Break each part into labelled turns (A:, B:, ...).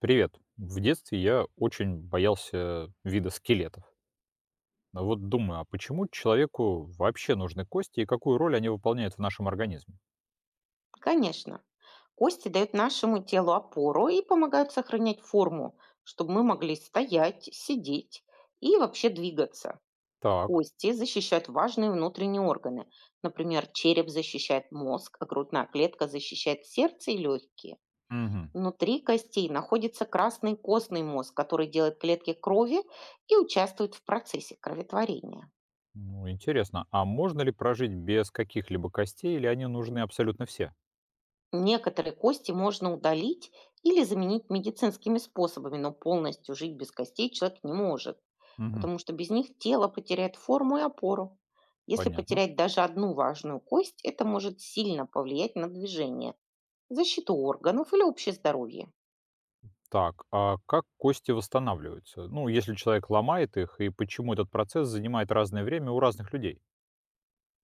A: Привет. В детстве я очень боялся вида скелетов. Но вот думаю, а почему человеку вообще нужны кости и какую роль они выполняют в нашем организме?
B: Конечно. Кости дают нашему телу опору и помогают сохранять форму, чтобы мы могли стоять, сидеть и вообще двигаться.
A: Так.
B: Кости защищают важные внутренние органы. Например, череп защищает мозг, а грудная клетка защищает сердце и легкие.
A: Мгм.
B: Внутри костей находится красный костный мозг, который делает клетки крови и участвует в процессе кроветворения.
A: Ну, интересно, а можно ли прожить без каких-либо костей или они нужны абсолютно все?
B: Некоторые кости можно удалить или заменить медицинскими способами, но полностью жить без костей человек не может,
A: Мгм.
B: потому что без них тело потеряет форму и опору. Если
A: Понятно.
B: потерять даже одну важную кость, это может сильно повлиять на движение, защиту органов или общее здоровье.
A: Так, а как кости восстанавливаются? Ну, если человек ломает их, и почему этот процесс занимает разное время у разных людей?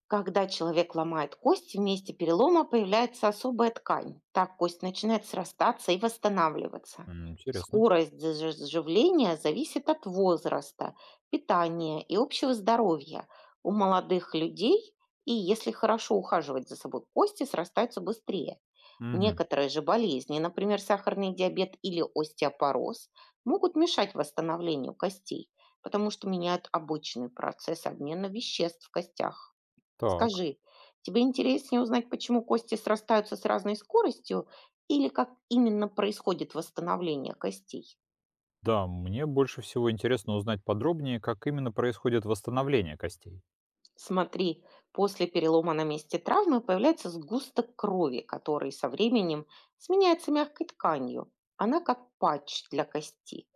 B: Когда человек ломает кость, в месте перелома появляется особая ткань. Так кость начинает срастаться и восстанавливаться.
A: Интересно.
B: Скорость заживления зависит от возраста, питания и общего здоровья. У молодых людей, и если хорошо ухаживать за собой, кости срастаются быстрее.
A: Мгм.
B: Некоторые же болезни, например, сахарный диабет или остеопороз, могут мешать восстановлению костей, потому что меняют обычный процесс обмена веществ в костях.
A: Так.
B: Скажи, тебе интереснее узнать, почему кости срастаются с разной скоростью или как именно происходит восстановление костей?
A: Да, мне больше всего интересно узнать подробнее, как именно происходит восстановление костей.
B: Смотри, после перелома на месте травмы появляется сгусток крови, который со временем сменяется мягкой тканью. Она как патч для кости.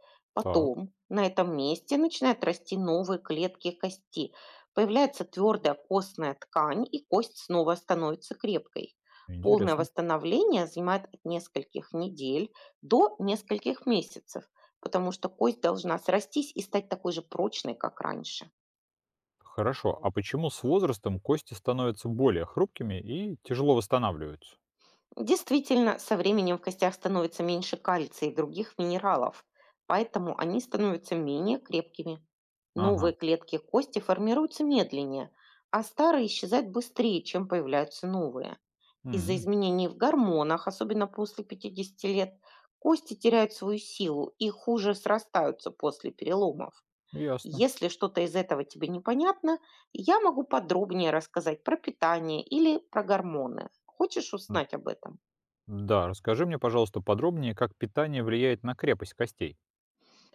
A: Так,
B: Потом на этом месте начинают расти новые клетки кости. Появляется твердая костная ткань, и кость снова становится крепкой. Полное
A: интересно.
B: восстановление занимает от нескольких недель до нескольких месяцев, потому что кость должна срастись и стать такой же прочной, как раньше.
A: Хорошо, а почему с возрастом кости становятся более хрупкими и тяжело восстанавливаются?
B: Действительно, со временем в костях становится меньше кальция и других минералов, поэтому они становятся менее крепкими. Новые
A: Ага,
B: клетки кости формируются медленнее, а старые исчезают быстрее, чем появляются новые. Из-за
A: м,
B: изменений в гормонах, особенно после 50 лет, кости теряют свою силу и хуже срастаются после переломов.
A: ясно.
B: Если что-то из этого тебе непонятно, я могу подробнее рассказать про питание или про гормоны. Хочешь
A: М,
B: узнать об этом?
A: Да, расскажи мне, пожалуйста, подробнее, как питание влияет на крепость костей.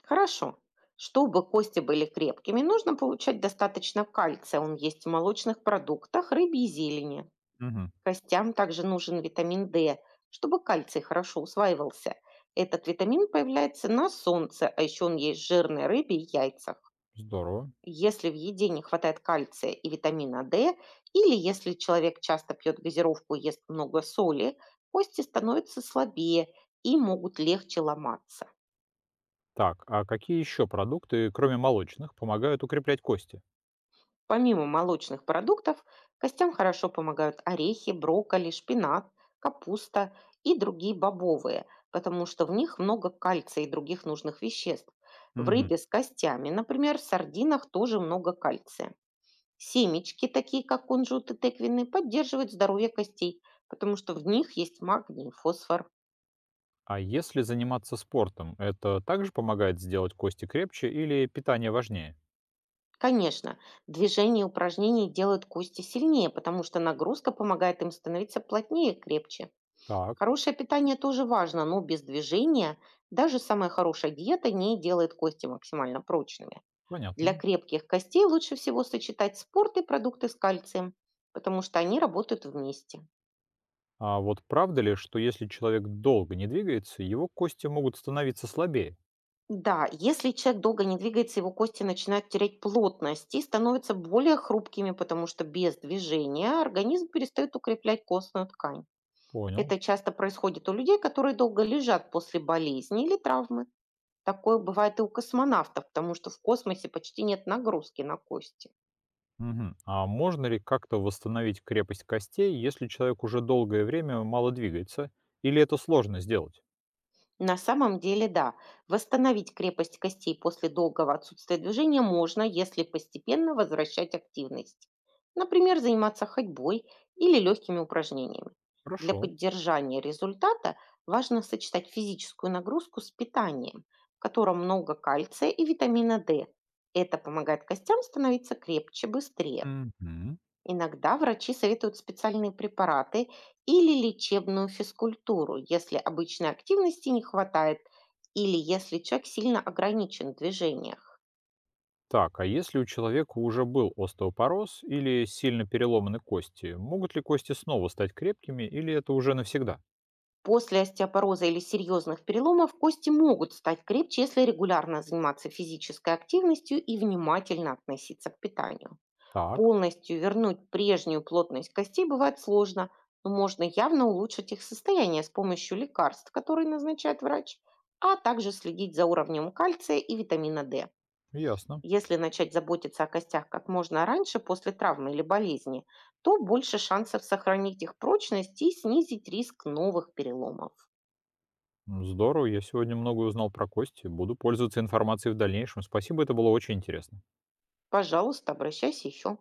B: Хорошо. Чтобы кости были крепкими, нужно получать достаточно кальция. Он есть в молочных продуктах, рыбе и зелени.
A: Угу,
B: Костям также нужен витамин D, чтобы кальций хорошо усваивался. Этот витамин появляется на солнце, а еще он есть в жирной рыбе и яйцах.
A: здорово.
B: Если в еде не хватает кальция и витамина D, или если человек часто пьет газировку и ест много соли, кости становятся слабее и могут легче ломаться.
A: Так, а какие еще продукты, кроме молочных, помогают укреплять кости?
B: Помимо молочных продуктов, костям хорошо помогают орехи, брокколи, шпинат, капуста и другие бобовые, потому что в них много кальция и других нужных веществ. В
A: Мгм.
B: рыбе с костями, например, в сардинах тоже много кальция. Семечки, такие как кунжут и тыквенные, поддерживают здоровье костей, потому что в них есть магний и фосфор.
A: А если заниматься спортом, это также помогает сделать кости крепче или питание важнее?
B: Конечно, движение и упражнения делают кости сильнее, потому что нагрузка помогает им становиться плотнее и крепче.
A: Так,
B: Хорошее питание тоже важно, но без движения даже самая хорошая диета не делает кости максимально прочными. Для
A: понятно.
B: крепких костей лучше всего сочетать спорт и продукты с кальцием, потому что они работают вместе.
A: А вот правда ли, что если человек долго не двигается, его кости могут становиться слабее?
B: Да, если человек долго не двигается, его кости начинают терять плотность и становятся более хрупкими, потому что без движения организм перестает укреплять костную ткань.
A: Понял.
B: Это часто происходит у людей, которые долго лежат после болезни или травмы. Такое бывает и у космонавтов, потому что в космосе почти нет нагрузки на кости.
A: Мгм. А можно ли как-то восстановить крепость костей, если человек уже долгое время мало двигается? Или это сложно сделать?
B: На самом деле, да, восстановить крепость костей после долгого отсутствия движения можно, если постепенно возвращать активность. Например, заниматься ходьбой или легкими упражнениями. Для
A: Хорошо.
B: поддержания результата важно сочетать физическую нагрузку с питанием, в котором много кальция и витамина D. Это помогает костям становиться крепче быстрее.
A: Мгм.
B: Иногда врачи советуют специальные препараты или лечебную физкультуру, если обычной активности не хватает или если человек сильно ограничен в движениях.
A: Так, а если у человека уже был остеопороз или сильно переломаны кости, могут ли кости снова стать крепкими или это уже навсегда?
B: После остеопороза или серьезных переломов кости могут стать крепче, если регулярно заниматься физической активностью и внимательно относиться к питанию.
A: Так,
B: Полностью вернуть прежнюю плотность костей бывает сложно, но можно явно улучшить их состояние с помощью лекарств, которые назначает врач, а также следить за уровнем кальция и витамина D.
A: ясно.
B: Если начать заботиться о костях как можно раньше после травмы или болезни, то больше шансов сохранить их прочность и снизить риск новых переломов.
A: Здорово, я сегодня много узнал про кости. Буду пользоваться информацией в дальнейшем. Спасибо, это было очень интересно.
B: Пожалуйста, обращайся еще.